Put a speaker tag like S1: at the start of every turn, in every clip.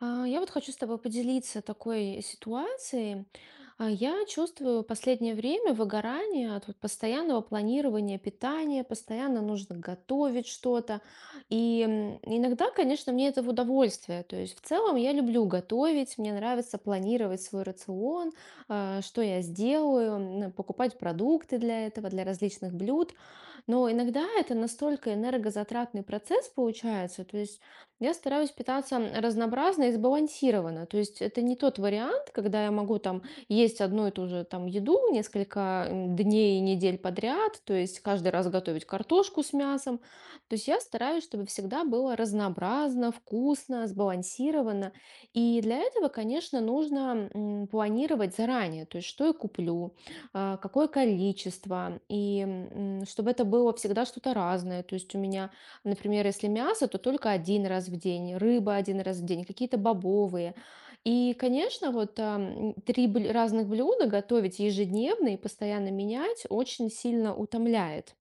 S1: Я вот хочу с тобой поделиться такой ситуацией. Я чувствую последнее время выгорание от вот постоянного планирования питания, постоянно нужно готовить что-то. Иногда, конечно, мне это в удовольствие. То есть в целом я люблю готовить, мне нравится планировать свой рацион, что я сделаю, покупать продукты для этого, для различных блюд. Но иногда это настолько энергозатратный процесс получается. То есть я стараюсь питаться разнообразно и сбалансированно. То есть это не тот вариант, когда я могу там есть одну и ту же там еду несколько дней и недель подряд, то есть каждый раз готовить картошку с мясом. То есть я стараюсь, чтобы всегда было разнообразно, вкусно, сбалансированно. И для этого, конечно, нужно планировать заранее, то есть что я куплю, какое количество, и чтобы это было всегда что-то разное. То есть у меня, например, если мясо, то только один раз в день, рыба один раз в день, какие-то бобовые. И, конечно, вот разных блюда готовить ежедневно и постоянно менять очень сильно утомляет.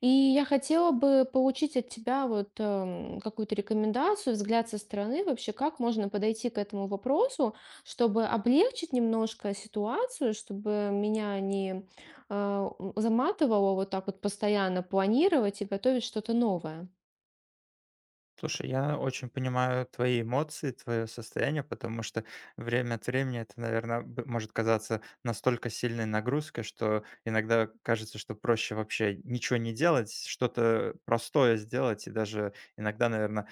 S1: И я хотела бы получить от тебя вот какую-то рекомендацию, взгляд со стороны вообще, как можно подойти к этому вопросу, чтобы облегчить немножко ситуацию, чтобы меня не заматывало вот так вот постоянно планировать и готовить что-то новое.
S2: Слушай, я очень понимаю твои эмоции, твое состояние, потому что время от времени это, наверное, может казаться настолько сильной нагрузкой, что иногда кажется, что проще вообще ничего не делать, что-то простое сделать, и даже иногда, наверное,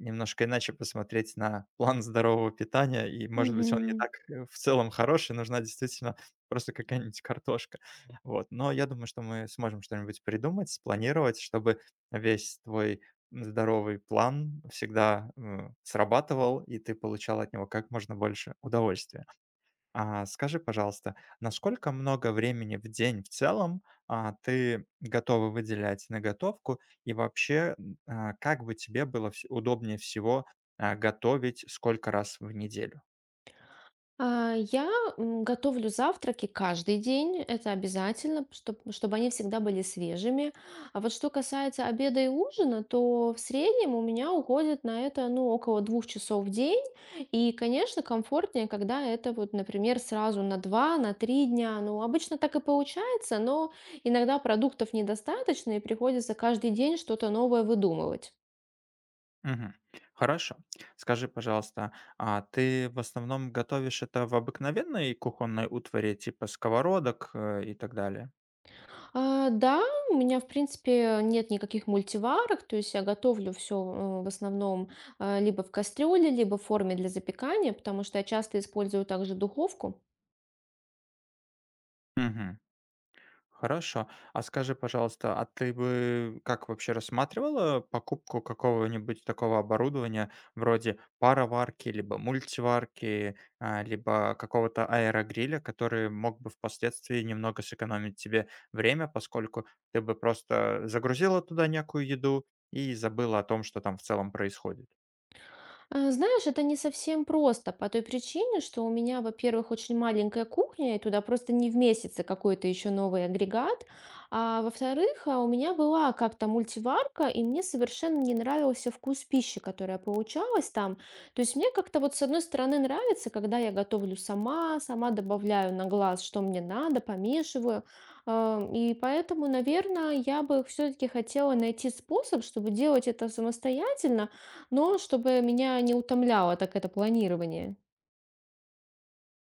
S2: немножко иначе посмотреть на план здорового питания, и, может быть, он не
S1: Мгм.
S2: так в целом хороший, нужна действительно просто какая-нибудь картошка. Вот. Но я думаю, что мы сможем что-нибудь придумать, спланировать, чтобы весь твой здоровый план всегда, срабатывал, и ты получал от него как можно больше удовольствия. А скажи, пожалуйста, насколько много времени в день в целом, ты готова выделять на готовку? И вообще, как бы тебе было вс удобнее всего, готовить сколько раз в неделю?
S1: Я готовлю завтраки каждый день, это обязательно, чтобы, чтобы они всегда были свежими. А вот что касается обеда и ужина, то в среднем у меня уходит на это, ну, около двух часов в день. И, конечно, комфортнее, когда это вот, например, сразу на два, на три дня. Ну, обычно так и получается, но иногда продуктов недостаточно, и приходится каждый день что-то новое выдумывать.
S2: Мгм. Хорошо. Скажи, пожалуйста, а ты в основном готовишь это в обыкновенной кухонной утвари, типа сковородок, и так далее?
S1: А, да, у меня, в принципе, нет никаких мультиварок, то есть я готовлю все в основном либо в кастрюле, либо в форме для запекания, потому что я часто использую также духовку.
S2: Мгм. Хорошо. А скажи, пожалуйста, а ты бы как вообще рассматривала покупку какого-нибудь такого оборудования вроде пароварки, либо мультиварки, либо какого-то аэрогриля, который мог бы впоследствии немного сэкономить тебе время, поскольку ты бы просто загрузила туда некую еду и забыла о том, что там в целом происходит?
S1: Знаешь, это не совсем просто по той причине, что у меня, во-первых, очень маленькая кухня, и туда просто не вместится какой-то еще новый агрегат. А во-вторых, у меня была как-то мультиварка, и мне совершенно не нравился вкус пищи, которая получалась там. То есть мне как-то вот с одной стороны нравится, когда я готовлю сама, сама добавляю на глаз, что мне надо, помешиваю. И поэтому, наверное, я бы все-таки хотела найти способ, чтобы делать это самостоятельно, но чтобы меня не утомляло так это планирование.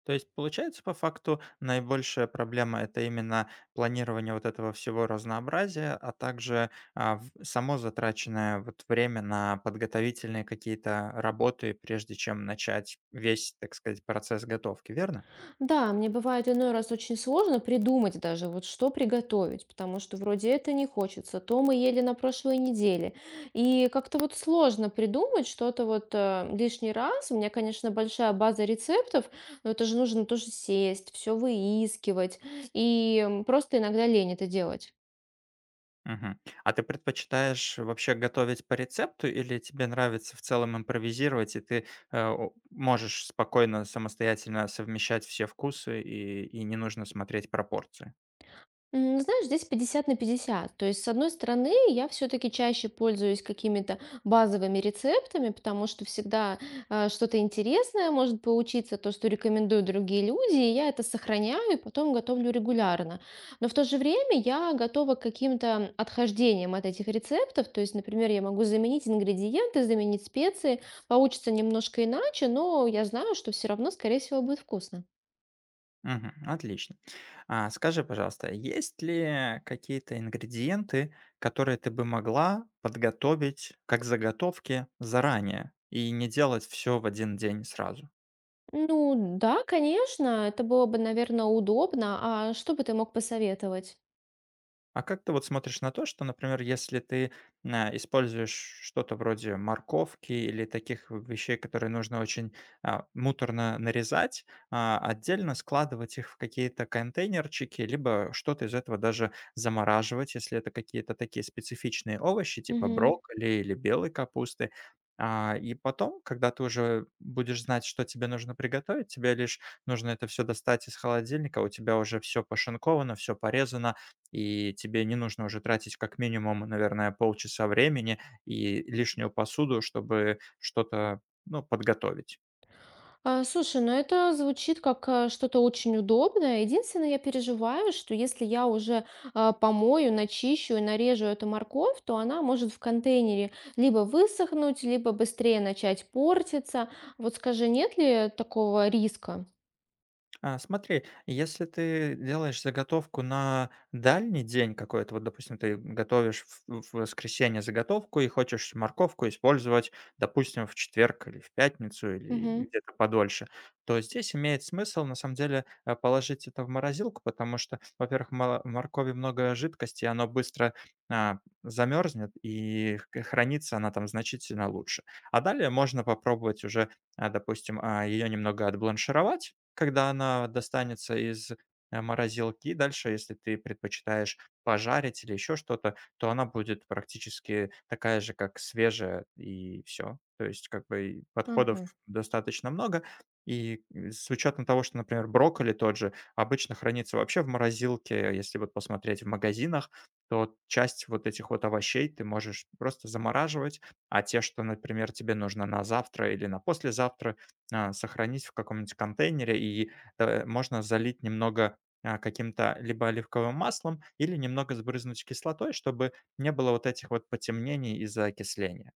S2: То есть получается, по факту, наибольшая проблема- это именно планирование вот этого всего разнообразия, а также, а, в само затраченное вот время на подготовительные какие-то работы, прежде чем начать весь, так сказать, процесс готовки, верно?
S1: Да, мне бывает иной раз очень сложно придумать даже, вот что приготовить, потому что вроде это не хочется, то мы ели на прошлой неделе. И как-то вот сложно придумать что-то вот лишний раз. У меня, конечно, большая база рецептов, но это же нужно тоже сесть, все выискивать. И просто иногда лень это делать.
S2: Мгм. А ты предпочитаешь вообще готовить по рецепту или тебе нравится в целом импровизировать, и ты, э, о можешь спокойно самостоятельно совмещать все вкусы и не нужно смотреть пропорции?
S1: Знаешь, здесь 50 на 50. То есть, с одной стороны, я все-таки чаще пользуюсь какими-то базовыми рецептами, потому что всегда что-то интересное может поучиться то, что рекомендуют другие люди, и я это сохраняю и потом готовлю регулярно. Но в то же время я готова к каким-то отхождениям от этих рецептов. То есть, например, я могу заменить ингредиенты, заменить специи. Получится немножко иначе, но я знаю, что все равно, скорее всего, будет вкусно.
S2: Мгм. Отлично. А, скажи, пожалуйста, есть ли какие-то ингредиенты, которые ты бы могла подготовить как заготовки заранее и не делать все в один день сразу?
S1: Ну да, конечно, это было бы, наверное, удобно. А что бы ты мог посоветовать?
S2: А как ты вот смотришь на то, что, например, если ты используешь что-то вроде морковки или таких вещей, которые нужно очень муторно нарезать, отдельно складывать их в какие-то контейнерчики, либо что-то из этого даже замораживать, если это какие-то такие специфичные овощи, типа
S1: Мгм.
S2: брокколи или белой капусты. А, и потом, когда ты уже будешь знать, что тебе нужно приготовить, тебе лишь нужно это все достать из холодильника, у тебя уже все пошинковано, все порезано, и тебе не нужно уже тратить как минимум, наверное, полчаса времени и лишнюю посуду, чтобы что-то, ну, подготовить.
S1: А, слушай, ну это звучит как что-то очень удобное. Единственное, я переживаю, что если я уже помою, начищу и нарежу эту морковь, то она может в контейнере либо высохнуть, либо быстрее начать портиться. Вот скажи, нет ли такого риска?
S2: А, смотри, если ты делаешь заготовку на дальний день какой-то, вот, допустим, ты готовишь в воскресенье заготовку и хочешь морковку использовать, допустим, в четверг или в пятницу, или
S1: Мгм.
S2: где-то подольше, то здесь имеет смысл, на самом деле, положить это в морозилку, потому что, во-первых, мало в моркови много жидкости, и оно быстро, замерзнет, и х хранится она там значительно лучше. А далее можно попробовать уже, допустим, ее немного отбланшировать, когда она достанется из, морозилки, дальше, если ты предпочитаешь пожарить или еще что-то, то она будет практически такая же, как свежая, и все. То есть как бы и подходов
S1: Ага.
S2: достаточно много. И, с учетом того, что, например, брокколи тот же обычно хранится вообще в морозилке, если вот посмотреть в магазинах, то часть вот этих вот овощей ты можешь просто замораживать, а те, что, например, тебе нужно на завтра или на послезавтра, сохранить в каком-нибудь контейнере, и, можно залить немного, каким-то либо оливковым маслом, или немного сбрызнуть кислотой, чтобы не было вот этих вот потемнений из-за окисления.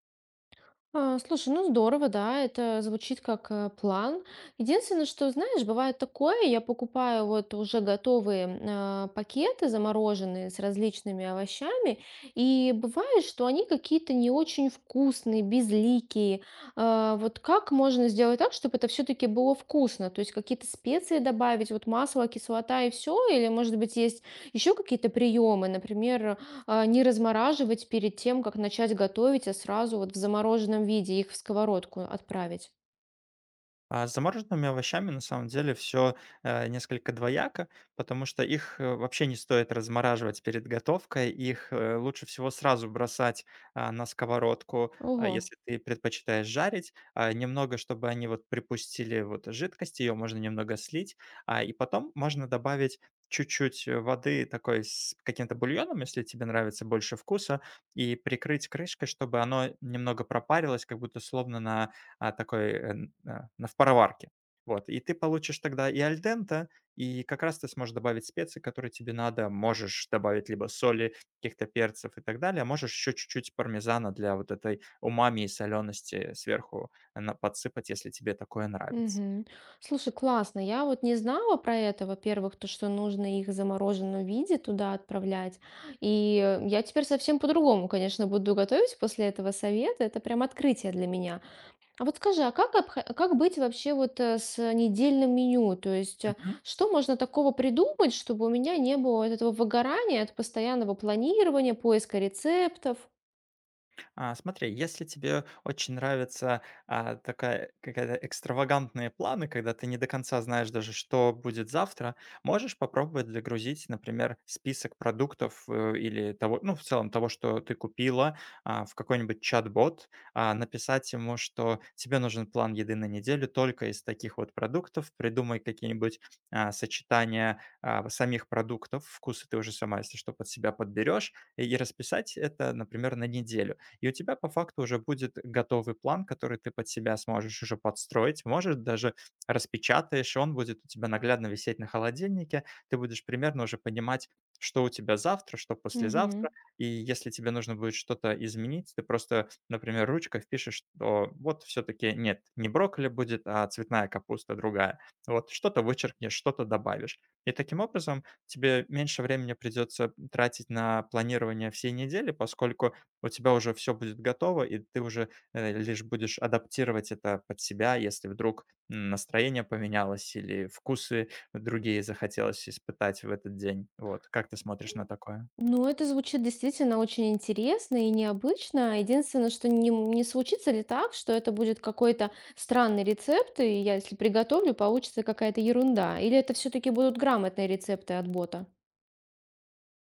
S1: А, слушай, ну здорово, да, это звучит как план. Единственное, что, знаешь, бывает такое, я покупаю вот уже готовые пакеты замороженные с различными овощами, и бывает, что они какие-то не очень вкусные, безликие. А, вот как можно сделать так, чтобы это все-таки было вкусно? То есть какие-то специи добавить, вот масло, кислота и все? Или, может быть, есть еще какие-то приемы, например, не размораживать перед тем, как начать готовить, а сразу вот в замороженном виде их в сковородку отправить.
S2: А с замороженными овощами на самом деле все несколько двояко, потому что их, вообще не стоит размораживать перед готовкой. Их, лучше всего сразу бросать, на сковородку, а,
S1: Ого.
S2: если ты предпочитаешь жарить. А, немного, чтобы они вот припустили вот жидкость, ее можно немного слить, и потом можно добавить чуть-чуть, воды такой с каким-то бульоном, если тебе нравится больше вкуса, и прикрыть крышкой, чтобы оно немного пропарилось, как будто словно на такой, на скороварке. Вот, и ты получишь тогда и альдента и как раз ты сможешь добавить специи, которые тебе надо. Можешь добавить либо соли, каких-то перцев и так далее, а можешь еще чуть-чуть пармезана для вот этой умами и солености сверху на подсыпать, если тебе такое нравится.
S1: Мгм. Слушай, классно. Я вот не знала про это, во-первых, то, что нужно их в замороженном виде туда отправлять. И я теперь совсем по-другому, конечно, буду готовить после этого совета. Это прям открытие для меня. А вот скажи, как быть вообще вот с недельным меню? То есть, что можно такого придумать, чтобы у меня не было вот этого выгорания от постоянного планирования, поиска рецептов?
S2: А, смотри, если тебе очень нравится, такая какая-то экстравагантные планы, когда ты не до конца знаешь даже, что будет завтра, можешь попробовать загрузить, например, список продуктов, или того, ну, в целом того, что ты купила, в какой-нибудь чат-бот, написать ему, что тебе нужен план еды на неделю только из таких вот продуктов, придумай какие-нибудь, сочетания, самих продуктов, вкусы ты уже сама, если что, под себя подберешь, и расписать это, например, на неделю. И у тебя по факту уже будет готовый план, который ты под себя сможешь уже подстроить. Может, даже распечатаешь, и он будет у тебя наглядно висеть на холодильнике. Ты будешь примерно уже понимать, что у тебя завтра, что
S1: Мгм.
S2: послезавтра. И если тебе нужно будет что-то изменить, ты просто, например, ручкой впишешь, что вот все-таки нет, не брокколи будет, а цветная капуста другая. Вот что-то вычеркнешь, что-то добавишь. И таким образом тебе меньше времени придется тратить на планирование всей недели, поскольку у тебя уже все будет готово, и ты уже, лишь будешь адаптировать это под себя, если вдруг, настроение поменялось или вкусы другие захотелось испытать в этот день. Вот, как ты смотришь на такое?
S1: Ну, это звучит действительно очень интересно и необычно. Единственное, что не случится ли так, что это будет какой-то странный рецепт, и я, если приготовлю, получится какая-то ерунда? Или это все-таки будут грамотные рецепты от бота?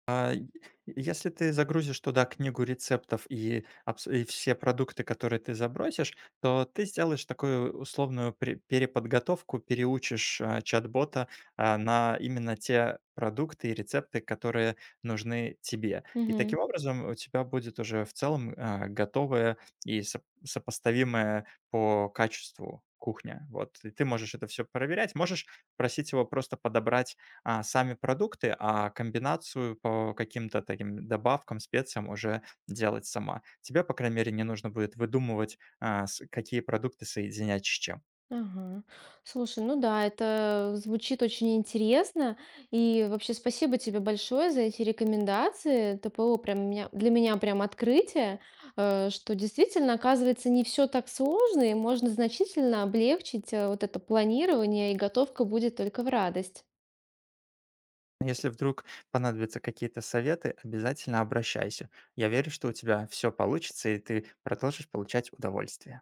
S2: А, е Если ты загрузишь туда книгу рецептов и все продукты, которые ты забросишь, то ты сделаешь такую условную пре переподготовку, переучишь, чат-бота, на именно те продукты и рецепты, которые нужны тебе. И
S1: Мгм.
S2: таким образом у тебя будет уже в целом, готовая и соп сопоставимая по качеству кухня. Вот, и ты можешь это все проверять. Можешь просить его просто подобрать, сами продукты, а комбинацию по каким-то таким добавкам, специям уже делать сама. Тебе, по крайней мере, не нужно будет выдумывать, а, с какие продукты соединять с чем.
S1: Ага. Слушай, ну да, это звучит очень интересно. И вообще спасибо тебе большое за эти рекомендации. ТПО прям меня, для меня прям открытие, что действительно, оказывается, не все так сложно, и можно значительно облегчить вот это планирование, и готовка будет только в радость.
S2: Если вдруг понадобятся какие-то советы, обязательно обращайся. Я верю, что у тебя все получится, и ты продолжишь получать удовольствие.